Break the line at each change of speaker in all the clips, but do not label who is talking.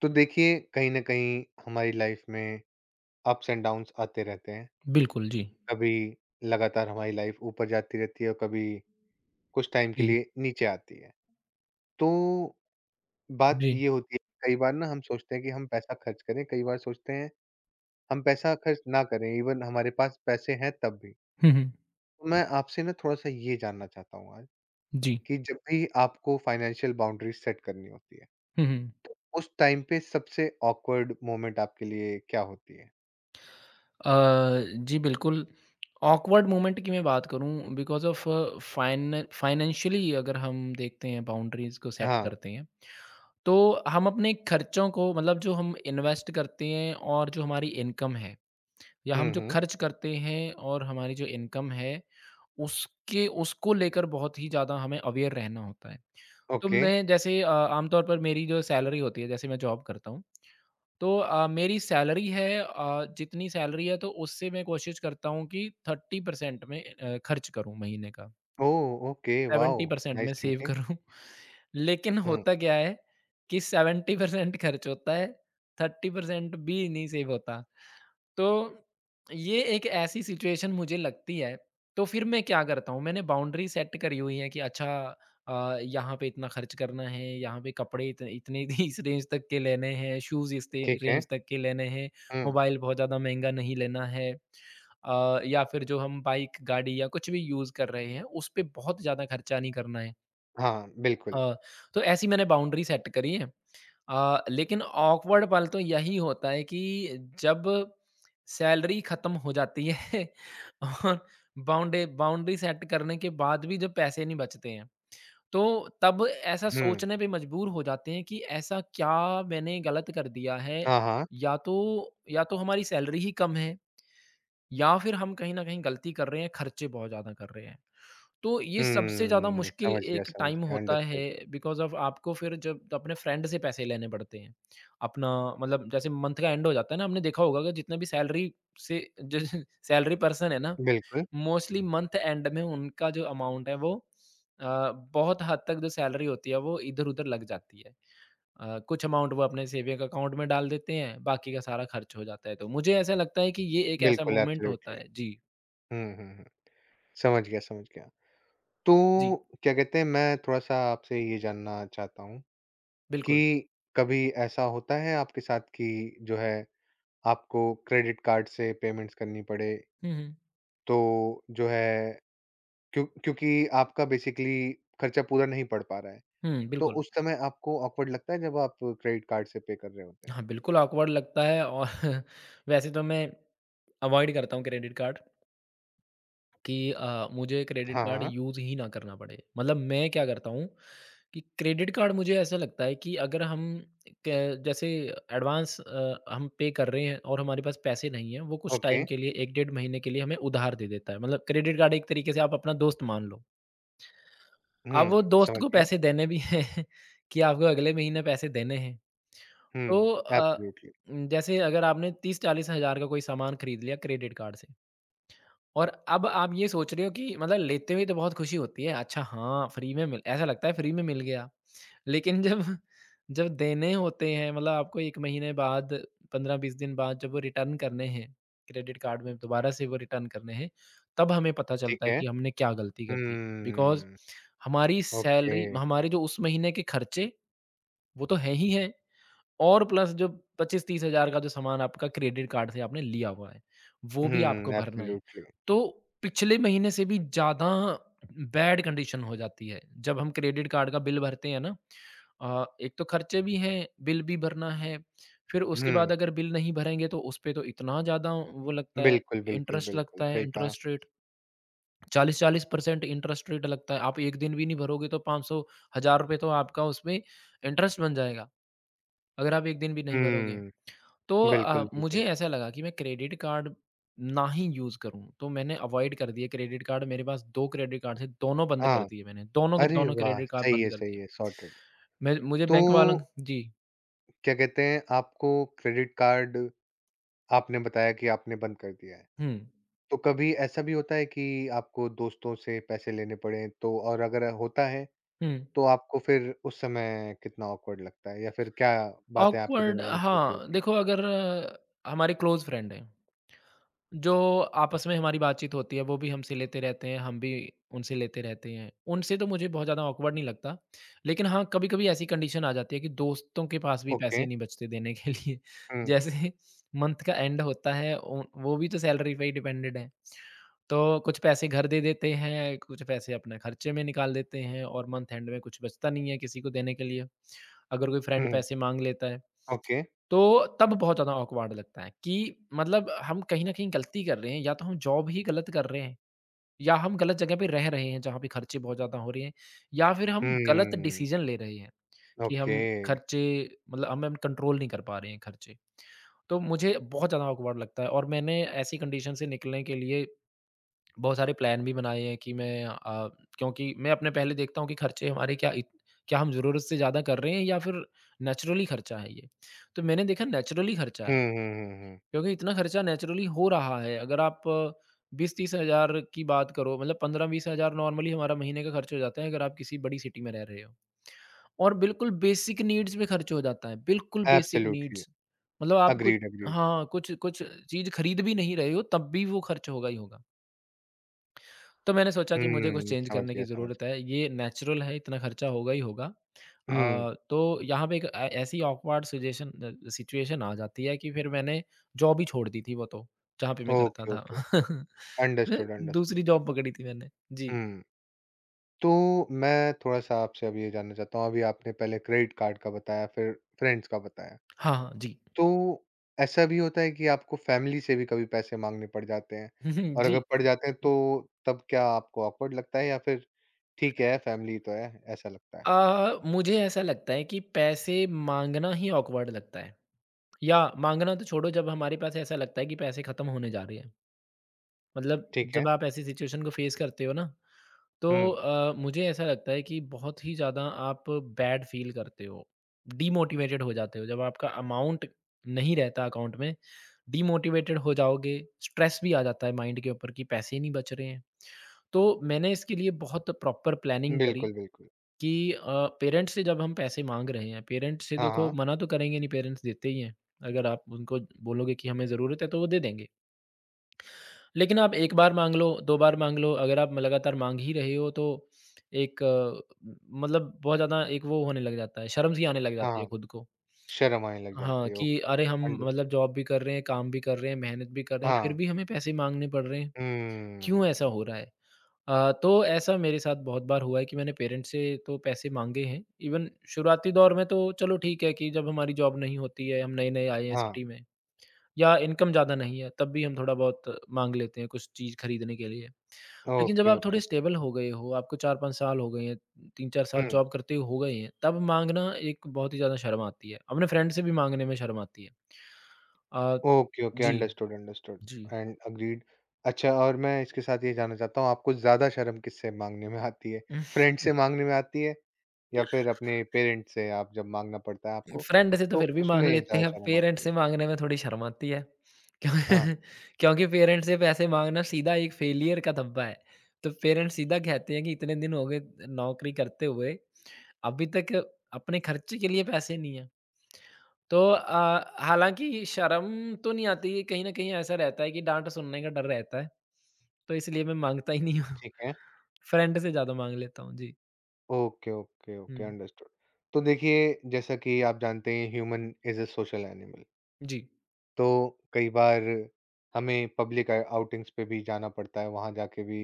तो देखिए, कहीं ना कहीं हमारी लाइफ में अप्स एंड डाउन्स आते रहते हैं।
बिल्कुल, जी।
कभी लगातार हमारी लाइफ ऊपर जाती रहती है और कभी कुछ टाइम के
जी,
लिए नीचे आती है। तो बात
जी।
ये होती है कि कई बार ना हम सोचते हैं कि हम पैसा खर्च करें, कई बार सोचते हैं हम पैसा खर्च ना करें, इवन हमारे पास पैसे हैं तब भी।
हुँ, हुँ।
तो मैं आपसे ना थोड़ा सा ये जानना चाहता हूँ आज
जी।
कि जब भी आपको फाइनेंशियल बाउंड्रीज सेट करनी होती है,
हुँ, हुँ।
तो उस टाइम पे सबसे ऑकवर्ड मोमेंट आपके लिए क्या होती है?
अ, जी, बिल्कुल। ऑकवर्ड मोमेंट की मैं बात करूँ बिकॉज़ ऑफ़ फाइनेंशियली अगर हम देखते हैं बाउंड्रीज़ को सेट
हाँ।
करते हैं, तो हम अपने खर्चों को मतलब जो हम इन्वेस्ट करते हैं और जो हमारी इनकम है या हम जो
हम्म।
खर्च करते हैं और हमारी जो इनकम है, उसके उसको लेकर बहुत ही ज़्यादा हमें अवेयर रहना होता है। तो
ओके।
मैं जैसे आम तौर पर मेरी जो सैलरी होती है, जैसे मैं जॉब करता हूँ तो मेरी सैलरी है जितनी सैलरी है तो उससे मैं कोशिश करता हूँ कि 30% में खर्च करूँ महीने का,
ओह! Okay, wow!
70% में
नाइस
सेव
थिंकिंग।
करूँ। लेकिन
हुँ।
होता क्या है कि 70% खर्च होता है, 30% भी नहीं सेव होता। तो ये एक ऐसी सिचुएशन मुझे लगती है, तो फिर मैं क्या करता हूँ, मैंने बाउंड्री सेट करी हुई है कि अच्छा यहाँ पे इतना खर्च करना है, यहाँ पे कपड़े इत इतने इस रेंज तक के लेने हैं, शूज़ इस ते
ठीक है।
रेंज तक के लेने हैं,
हुँ।
मोबाइल बहुत ज़्यादा महँगा नहीं लेना है। या फिर जो हम बाइक, गाड़ी या कुछ भी यूज़ कर रहे हैं, उस पे बहुत ज़्यादा खर्चा नहीं करना है।
हाँ, बिल्कुल।
हाँ, तो ऐसी मैंने बाउंड्री सेट करी है। लेकिन ऑकवर्ड पल तो यही होता है कि जब सैलरी खत्म हो जाती है और बाउंडे बाउंड्री सेट करने के बाद भी जब पैसे नहीं बचते हैं, तो तब ऐसा
हुँ।
सोचने पे मजबूर हो जाते हैं कि ऐसा क्या मैंने गलत कर दिया है?
हाँ, हाँ।
या तो हमारी सैलरी ही कम है या फिर हम कहीं न कहीं गलती कर रहे हैं, खर्चे बहुत ज़्यादा कर रहे हैं। तो ये सबसे ज़्यादा
हुँ,
मुश्किल एक
समझ
टाइम
गया,
होता है
अंडरस्टूड।
बिकॉज़ ऑफ आपको फिर जब अपने फ्रेंड से पैसे लेने पड़ते हैं। अपना मतलब जैसे मंथ का एंड हो जाता है ना, आपने देखा होगा कि जितने भी सैलरी से ज सैलरी पर्सन है ना,
बिल्कुल,
मोस्टली मंथ एंड में उनका जो अमाउंट है वो बहुत हद तक जो सैलरी होती है वो इधर-उधर लग जाती है। कुछ अमाउंट वो अपने सेविंग अकाउंट में डाल देते हैं, बाकी का सारा खर्च हो जाता है। तो मुझे ऐसा लगता है कि ये एक ऐसा
बिल्कुल,
मोमेंट होता
एब्सोल्यूटली।
है। जी,
हुँ, हुँ, हुँ, समझ गया, समझ गया।
जी,
तो क्या कहते हैं, मैं थोड़ा-सा आपसे ये जानना चाहता हूँ कि
बिल्कुल।
कभी ऐसा होता है आपके साथ कि जो है, आपको क्रेडिट कार्ड से पेमेंट्स करनी पड़े,
हुँ, हुँ।
तो जो है क्यों, क्योंकि आपका बेसिकली खर्चा पूरा नहीं पड़ पा रहा है?
हुँ,
तो
बिल्कुल।
उस समय आपको ऑकवर्ड लगता है जब आप क्रेडिट कार्ड से पे कर रहे होते हैं?
हाँ, बिल्कुल ऑकवर्ड लगता है और वैसे तो मैं अवॉइड करता हूँ क्रेडिट कार्ड कि मुझे क्रेडिट
हाँ,
कार्ड
हाँ,
यूज़ ही ना करना पड़े। मतलब मैं क्या करता हूँ कि क्रेडिट कार्ड मुझे ऐसा लगता है कि अगर हम क जैसे एडवांस हम पे कर रहे हैं और हमारे पास पैसे नहीं हैं, वो कुछ
ओके।
टाइम के लिए 1 डेढ़ महीने के लिए हमें उधार दे देता है। मतलब क्रेडिट कार्ड एक तरीके से आप अपना दोस्त मान लो। अब
हुँ,
वो दोस्त
समझ
को
गया।
पैसे देने भी हैं कि आपको अगले महीने पैसे देने हैं। तो
हुँ, एब्सोल्युटली।
जैसे अगर आपने 30-40 हज़ार का कोई सामान खरीद लिया क्रेडिट कार्ड से और अब आप ये सोच रहे हो कि मतलब लेते हुए तो बहुत खुशी होती है, अच्छा हाँ, फ्री में मिल ऐसा लगता है फ्री में मिल गया। लेकिन जब जब देने होते हैं मतलब आपको 1 महीने बाद 15-20 दिन बाद जब वो रिटर्न करने हैं, क्रेडिट कार्ड में दोबारा से वो रिटर्न करने हैं, तब हमें पता
ठीक
चलता है
है।
कि हमने क्या गलती कर दी। बिकॉज़
हुँ,
हमारी
ओके।
सैलरी हमारे जो उस महीने के खर्चे वो तो हैं ही हैं। और प्लस जो 25-30 हज़ार का जो सामान आपका क्रेडिट कार्ड से आपने लिया हुआ है, वो भी
हुँ,
आपको भरना है।
एब्सोल्युटली।
तो पिछले महीने से भी ज़्यादा बैड कंडीशन हो जाती है। जब हम क्रेडिट कार्ड का बिल भरते हैं ना एक तो खर्चे भी हैं, बिल भी भरना है, फिर उसके
हुँ,
बाद अगर बिल नहीं भरेंगे तो उस पे तो इतना ज़्यादा वो
बिल्कुल, बिल्कुल, बिल्कुल,
लगता है,
सही कहा।
इंटरेस्ट रेट 40-40% इंटरेस्ट रेट लगता है। आप 1 दिन भी नहीं भरोगे तो 500 हज़ार रुपए तो आपका उसमें इंटरेस्ट बन जाएगा, अगर आप 1 दिन भी नहीं भरोगे।
हुँ,
तो
बिल्कुल, बिल्कुल।
मुझे ऐसा लगा कि मैं क्रेडिट कार्ड ना ही यूज़ करूँ, तो मैंने अवॉइड कर दिए क्रेडिट कार्ड मेरे पास 2 क्रेडिट कार्ड थे, दोनों बंद कर
हाँ,
दिए मैंने, दोनों के
अरे
दोनों
वाह!
क्रेडिट कार्ड बंद कर
सही
दिए।
है, सॉर्टेड।
मैं मुझे
तो
बैंक वालों जी,
क्या कहते हैं, आपको क्रेडिट कार्ड आपने बताया कि आपने बंद कर दिया है।
हुँ,
तो कभी ऐसा भी होता है कि आपको दोस्तों से पैसे लेने पड़े तो? और अगर होता है
हुँ,
तो आपको फिर उस समय कितना ऑकवर्ड लगता है या फिर क्या बातें आपके
ऑकवर्ड
दिमाग में चल रही
हाँ,
होती हैं?
देखो अगर हमारे क्लोज़ फ्रेंड हैं जो आपस में हमारी बातचीत होती है वो भी हमसे लेते रहते हैं, हम भी उनसे लेते रहते हैं। उनसे तो मुझे बहुत ज़्यादा ऑकवर्ड नहीं लगता। लेकिन हाँ, कभी-कभी ऐसी कंडीशन आ जाती है कि दोस्तों के पास भी
ओके।
पैसे नहीं बचते देने के लिए।
हुँ,
जैसे मंथ का एंड होता है उ वो भी तो सैलरी पे ही डिपेंडेड है। तो कुछ पैसे घर दे देते हैं, कुछ पैसे अपने खर्चे में निकाल देते हैं और मंथ एंड में कुछ बचता नहीं है किसी को देने के लिए। अगर कोई फ्रेंड
हुँ,
पैसे माँग लेता है।
ओके।
तो तब बहुत ज़्यादा ऑकवर्ड लगता है कि मतलब हम कहीं न कहीं गलती कर रहे हैं, या तो हम जॉब ही गलत कर रहे हैं, या हम गलत जगह पे रह रहे हैं जहाँ पे खर्चे बहुत ज़्यादा हो रहे हैं, या फिर हम गलत
हुँ,
डिसीज़न ले रहे हैं कि
ओके।
हम खर्चे मतलब हम कंट्रोल नहीं कर पा रहे हैं खर्चे। तो मुझे बहुत ज़्यादा ऑकवर्ड लगता है और मैंने ऐसी कंडीशन से निकलने के लिए बहुत सारे प्लान भी बनाए हैं कि मैं क्योंकि मैं अपने पहले देखता हूँ कि खर्चे हमारे क्या इत क्या हम ज़रूरत से ज़्यादा कर रहे हैं या फिर नेचुरली खर्चा है ये। तो मैंने देखा नेचुरली खर्चा
हुँ,
है।
हुँ, हुँ, हुँ।
क्योंकि इतना खर्चा नेचुरली हो रहा है। अगर आप 20-30 हज़ार की बात करो मतलब 15-20 हज़ार नॉर्मली हमारा महीने का खर्च हो जाता है अगर आप किसी बड़ी सिटी में रह रहे हो। और बिल्कुल बेसिक नीड्स में खर्च हो जाता है, बिल्कुल बेसिक
एब्सोल्युटली।
नीड्स मतलब आप कुछ
अग्रीड, अग्रीड।
हाँ, कुछ कुछ चीज़ खरीद भी नहीं रहे हो तब भी वो खर्च होगा ही होगा। तो मैंने सोचा कि मुझे कुछ
हुँ,
चेंज
समझ
करने की
गया, समझ
ज़रूरत
गया।
है। ये नेचुरल है, इतना खर्चा होगा ही होगा।
हुँ।
तो यहाँ पे एक ऐ ऐसी ऑकवर्ड सिचुएशन सिचुएशन आ जाती है कि फिर मैंने जॉब ही छोड़ दी थी वो तो, जहाँ पे मैं करता
ओके,
था।
ओके।
मैं
अंडरस्टूड,
दूसरी
अंडरस्टूड।
जॉब पकड़ी थी मैंने। जी।
हुँ। तो मैं थोड़ा-सा आपसे अब ये जानना चाहता हूँ, अभी आपने पहले क्रेडिट कार्ड का बताया, फिर फ्रेंड्स का बताया।
हाँ, हाँ। जी।
तो ऐसा भी होता है कि आपको फैमिली से भी कभी पैसे माँगने पड़ जाते हैं? और अगर
जी।
पड़ जाते हैं तो तब क्या आपको ऑकवर्ड लगता है, या फिर ठीक है फैमिली तो है, ऐसा लगता है?
मुझे ऐसा लगता है कि पैसे माँगना ही ऑकवर्ड लगता है। या माँगना तो छोड़ो जब हमारे पास ऐसा लगता है कि पैसे खत्म होने जा रहे हैं। मतलब
ठीक है।
जब आप ऐसी सिचुएशन को फेस करते हो ना तो
हुँ,
मुझे ऐसा लगता है कि बहुत ही ज़्यादा आप बैड फ़ील करते हो, डीमोटिवेटेड हो जाते हो जब आपका अमाउंट नहीं रहता अकाउंट में, डीमोटिवेटेड हो जाओगे, स्ट्रेस भी आ जाता है माइंड के ऊपर कि पैसे ही नहीं बच रहे हैं। तो मैंने इसके लिए बहुत प्रॉपर प्लानिंग करी
बिल्कुल, बिल्कुल।
कि पेरेंट्स से जब हम पैसे माँग रहे हैं, पेरेंट्स से
हाँ,
देखो
हाँ।
मना तो करेंगे नहीं, पेरेंट्स देते ही हैं। अगर आप उनको बोलोगे कि हमें ज़रूरत है तो वो दे देंगे। लेकिन आप 1 बार माँग लो, 2 बार माँग लो, अगर आप लगातार माँग ही रहे हो तो एक मतलब बहुत ज़्यादा एक वो होने लग जाता है, शर्म सी आने लग
हाँ,
जाती है
हाँ।
खुद को।
शर्म आने लग
हाँ,
जाती है।
कि
ओके,
अरे
ओके,
हम मतलब
अंडरस्टूड।
जॉब भी कर रहे हैं, काम भी कर रहे हैं, मेहनत भी कर रहे हैं, फिर
हाँ।
भी हमें पैसे माँगने पड़ रहे हैं, क्यों ऐसा
हम्म।
हो रहा है? तो ऐसा मेरे साथ बहुत बार हुआ है कि मैंने पेरेंट्स से तो पैसे माँगे हैं, इवन शुरुआती दौर में तो चलो ठीक है कि जब हमारी जॉब नहीं होती है, हम नए-नए आए हैं
हाँ।
सिटी में या इनकम ज़्यादा नहीं है, तब भी हम थोड़ा-बहुत माँग लेते हैं कुछ चीज़ खरीदने के लिए। लेकिन जब
ओके,
आप थोड़े
ओके।
स्टेबल हो गए हो, आपको 4-5 साल हो गए हैं, 3-4 साल
हुँ।
जॉब करते हो गए हैं, तब माँगना एक बहुत ही ज़्यादा शर्म आती है। अपने फ्रेंड से भी माँगने में शर्म आती है। अ,
ओके, ओके,
जी,
अंडरस्टूड, अंडरस्टूड
जी।
And agreed. अच्छा, और मैं इसके साथ ये जानना चाहता हूँ, आपको ज़्यादा शर्म किससे माँगने में आती है? फ्रेंड से माँगने में आती है, या फिर अपने पेरेंट्स से? आप जब माँगना पड़ता है आपको,
फ्रेंड से तो
तो
फिर भी माँग
उसमें
लेते
ज़्यादा
हैं,
शर्म
पेरेंट्स
आती
से
है?
माँगने में थोड़ी शर्म आती है। क्यों
हाँ,
क्योंकि पेरेंट्स से पैसे माँगना सीधा एक फेलियर का धब्बा है। तो पेरेंट्स सीधा कहते हैं कि इतने दिन हो गए नौकरी करते हुए अभी तक अपने खर्चे के लिए पैसे नहीं हैं। तो हालाँकि शर्म तो नहीं आती है, कहीं न कहीं ऐसा रहता है कि डाँट सुनने का डर रहता है, तो इसलिए मैं माँगता ही नहीं हूँ।
ठीक है।
फ्रेंड से ज़्यादा माँग लेता हूँ। जी।
ओके, ओके, ओके,
हुँ।
अंडरस्टूड। तो देखिए, जैसा कि आप जानते हैं, human is a social animal.
जी।
तो कई बार हमें पब्लिक आउटिंग्स पे भी जाना पड़ता है, वहाँ जाके भी,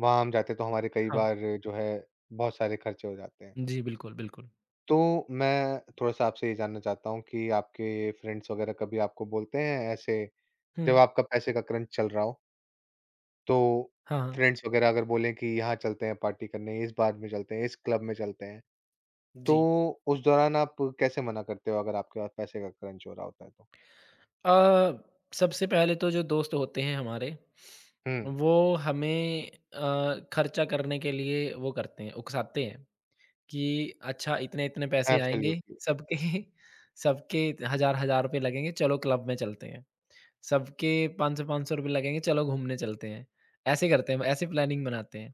वहाँ हम जाते हैं तो हमारे कई
हाँ।
बार जो है बहुत सारे खर्चे हो जाते हैं।
जी, बिल्कुल, बिल्कुल।
तो मैं थोड़ा-सा आपसे ये जानना चाहता हूँ कि आपके फ्रेंड्स वग़ैरह कभी आपको बोलते हैं ऐसे जब
हुँ।
आपका पैसे का क्रंच चल रहा हो? तो
हाँ, हाँ।
फ्रेंड्स वगैरह अगर बोलें कि यहाँ चलते हैं पार्टी करने, इस बार में चलते हैं, इस क्लब में चलते हैं, तो
जी।
उस दौरान आप कैसे मना करते हो अगर आपके पास पैसे का क्रंच हो रहा होता है तो?
अ, सबसे पहले तो जो दोस्त होते हैं हमारे,
हुँ,
वो हमें खर्चा करने के लिए वो करते हैं, उकसाते हैं। कि अच्छा इतने-इतने पैसे आएँगे,
एब्सोल्युटली।
सबके सबके 1000-1000 रुपए लगेंगे, चलो क्लब में चलते हैं। सबके 500-500 रुपए लगेंगे, चलो घूमने चलते हैं। ऐसे करते हैं, ऐसे प्लानिंग बनाते हैं।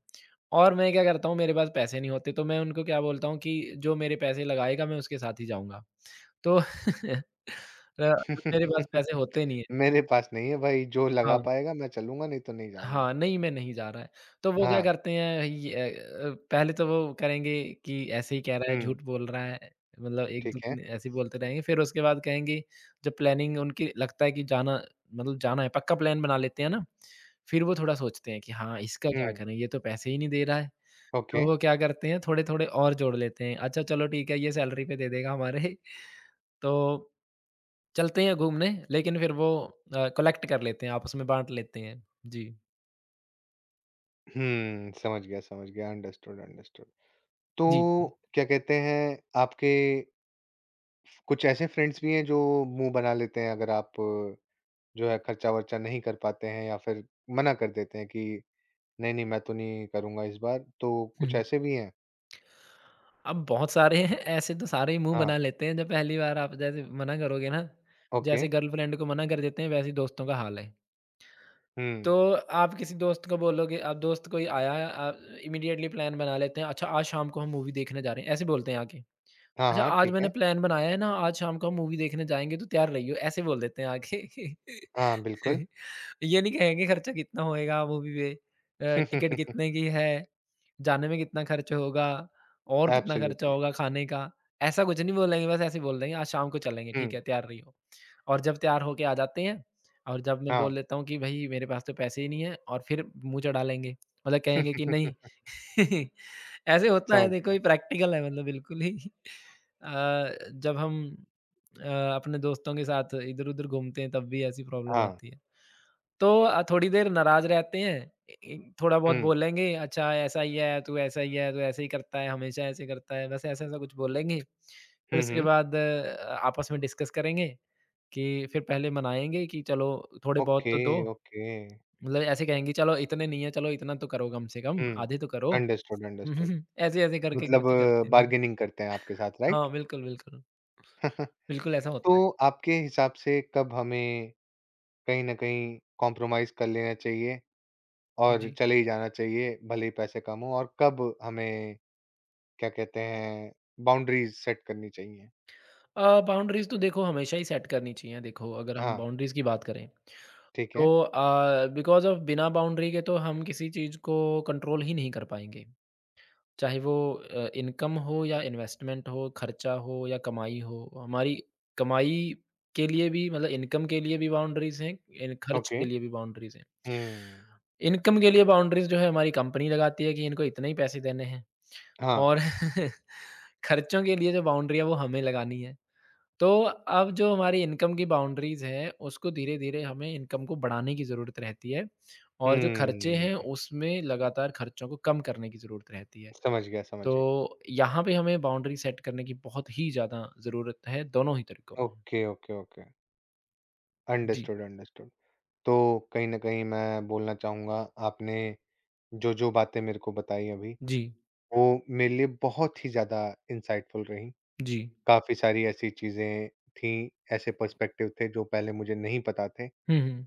और मैं क्या करता हूँ मेरे पास पैसे नहीं होते तो मैं उनको क्या बोलता हूँ कि जो मेरे पैसे लगाएगा मैं उसके साथ ही जाऊँगा। तो मेरे पास पैसे होते नहीं है।
मेरे पास नहीं है भाई, जो लगा
हाँ।
पाएगा मैं चलूँगा, नहीं तो नहीं जाऊँगा।
हाँ, नहीं मैं नहीं जा रहा है। तो वो क्या
हाँ।
करते हैं ये पहले तो वो करेंगे कि ऐसे ही कह रहा है,
हुँ,
झूठ बोल रहा है, मतलब 1-2
ठीक है।
दिन ऐसे ही बोलते रहेंगे। फिर उसके बाद कहेंगे जब प्लानिंग उनकी लगता है कि जाना मतलब जाना है, पक्का प्लान बना लेते हैं ना, फिर वो थोड़ा सोचते हैं कि हाँ, इसका क्या
हुँ,
करें? ये तो पैसे ही नहीं दे रहा है।
ओके।
तो वो क्या करते हैं थोड़े-थोड़े और जोड़ लेते हैं। अच्छा चलो ठीक है, ये सैलरी पे दे देगा हमारे तो चलते हैं घूमने लेकिन फिर वो कलेक्ट कर लेते हैं, आपस में बाँट लेते हैं। जी।
हुँ, समझ गया, समझ गया। Understood, understood.
जी, जी।
तो क्या कहते हैं, आपके कुछ ऐसे फ्रेंड्स भी हैं जो मुँह बना लेते हैं अगर आप जो है खर्चा-वर्चा नहीं कर पाते हैं, या फिर मना कर देते हैं कि नहीं, नहीं मैं तो नहीं करूँगा इस बार, तो
हुँ,
कुछ
हुँ।
ऐसे भी हैं?
अब बहुत सारे हैं, ऐसे तो सारे ही मुँह
हाँ,
बना लेते हैं जब पहली बार आप जैसे मना करोगे ना,
ओके।
जैसे गर्लफ्रेंड को मना कर देते हैं वैसे ही दोस्तों का हाल है। तो
हुँ।
आप किसी दोस्त को बोलोगे अब दोस्त कोई आया इमीडिएटली प्लान बना लेते हैं, अच्छा आज शाम को हम मूवी देखने जा रहे हैं, ऐसे बोलते हैं आके।
हाँ,
अच्छा
हाँ,
आज
ठीक
मैंने
है।
प्लान बनाया है ना आज शाम को हम मूवी देखने जाएँगे तो तैयार रहियो, ऐसे बोल देते हैं आके।
हाँ, बिल्कुल।
ये नहीं कहेंगे खर्चा कितना होएगा मूवी पे टिकट कितने की है, जाने में कितना खर्च होगा और कितना खर्चा
एब्सोल्युटली।
होगा खाने का, ऐसा कुछ नहीं बोलेंगे बस ऐसे ही बोल देंगे आज शाम को चलेंगे ठीक
हुँ,
है तैयार रहियो। और जब तैयार होके आ जाते हैं और जब मैं
हाँ।
बोल देता हूँ कि भई मेरे पास तो पैसे ही नहीं है और फिर मुँह चढ़ा लेंगे। मतलब कहेंगे कि नहीं ऐसे होता है
समझ
देखो
गया।
ये प्रैक्टिकल है मतलब बिल्कुल ही अ, जब हम अ, अपने दोस्तों के साथ इधर-उधर घूमते हैं तब भी ऐसी प्रॉब्लम
हाँ।
आती है। तो थोड़ी देर नाराज़ रहते हैं ए ए थोड़ा बहुत
हुँ।
बोलेंगे अच्छा ऐसा ही है, तू ऐसा ही है, तू ऐसे ही करता है, हमेशा ऐसे करता है, बस ऐसा-ऐसा कुछ बोलेंगे। फिर
हुँ,
उसके
हुँ।
बाद आपस में डिस्कस करेंगे कि फिर पहले मनाएँगे कि चलो थोड़े बहुत
ओके,
तो दो
ओके।
मतलब ऐसे कहेंगे चलो इतने नहीं है, चलो इतना तो करो कम से कम,
हुँ।
आधे तो करो।
Understood, understood.
ऐसे, ऐसे करके,
मतलब
करके करते हैं। हुँ,
बार्गेनिंग करते हैं आपके साथ, राइट?
हाँ, बिल्कुल, बिल्कुल। बिल्कुल ऐसा होता है।
तो आपके हिसाब से कब हमें कहीं न कहीं कॉम्प्रोमाइज़ कर लेना चाहिए और
जी।
चले ही जाना चाहिए, भले ही पैसे कम हों, और कब हमें क्या कहते हैं बाउंड्रीज़ सेट करनी चाहिए?
बाउंड्रीज़ तो देखो हमेशा ही सेट करनी चाहिए। देखो अगर हम
हाँ,
बाउंड्रीज़ की बात करें
ठीक
तो
है।
बिकॉज़ ऑफ बिना बाउंड्री के तो हम किसी चीज़ को कंट्रोल ही नहीं कर पाएँगे। चाहे वो इनकम हो या इन्वेस्टमेंट हो, खर्चा हो या कमाई हो। हमारी कमाई के लिए भी मतलब इनकम के लिए भी बाउंड्रीज़ हैं, इन खर्च
ओके।
के लिए भी बाउंड्रीज़ हैं।
हुँ।
इनकम के लिए बाउंड्रीज़ जो है हमारी कंपनी लगाती है कि इनको इतने ही पैसे देने हैं।
हाँ।
और खर्चों के लिए जो बाउंड्री है वो हमें लगानी है। तो अब जो हमारी इनकम की बाउंड्रीज़ हैं उसको धीरे-धीरे हमें इनकम को बढ़ाने की ज़रूरत रहती है और जो खर्चे हैं
हुँ।
उसमें लगातार खर्चों को कम करने की ज़रूरत रहती है।
समझ गया, समझ गया।
तो यहाँ पे हमें बाउंड्री सेट करने की बहुत ही ज़्यादा ज़रूरत है दोनों ही तरीकों में।
Okay, okay, okay.
जी,
अंडरस्टूड, अंडरस्टूड। तो कहीं न कहीं मैं बोलना चाहूँगा, आपने जो-जो बातें मेरे को बताई अभी,
जी,
वो मेरे लिए बहुत ही ज़्यादा इंसाइटफुल रहीं।
जी।
काफ़ी सारी ऐसी चीज़ें थीं, ऐसे पर्सपेक्टिव थे जो पहले मुझे नहीं पता थे।
हुँ, हुँ।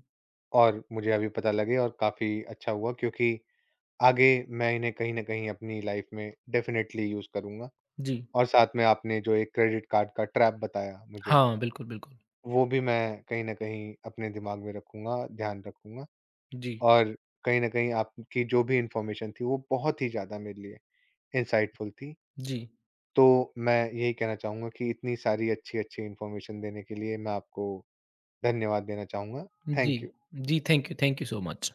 और मुझे अभी पता लगे और काफ़ी अच्छा हुआ, क्योंकि आगे मैं इन्हें कहीं न कहीं अपनी लाइफ़ में डेफ़िनेटली यूज़ करूँगा।
जी।
और साथ में आपने जो एक क्रेडिट कार्ड का ट्रैप बताया मुझे,
हाँ, बिल्कुल, बिल्कुल।
वो भी मैं कहीं न कहीं अपने दिमाग में रखूँगा, ध्यान रखूँगा।
जी,
और कहीं न कहीं आपकी जो भी इन्फॉर्मेशन थी वो बहुत ही ज़्यादा मेरे लिए इनसाइटफुल थी।
जी,
तो मैं यही कहना चाहूँगा कि इतनी सारी अच्छी-अच्छी इन्फॉर्मेशन देने के लिए मैं आपको धन्यवाद देना चाहूँगा।
जी।
Thank you.
जी, थैंक यू सो मच।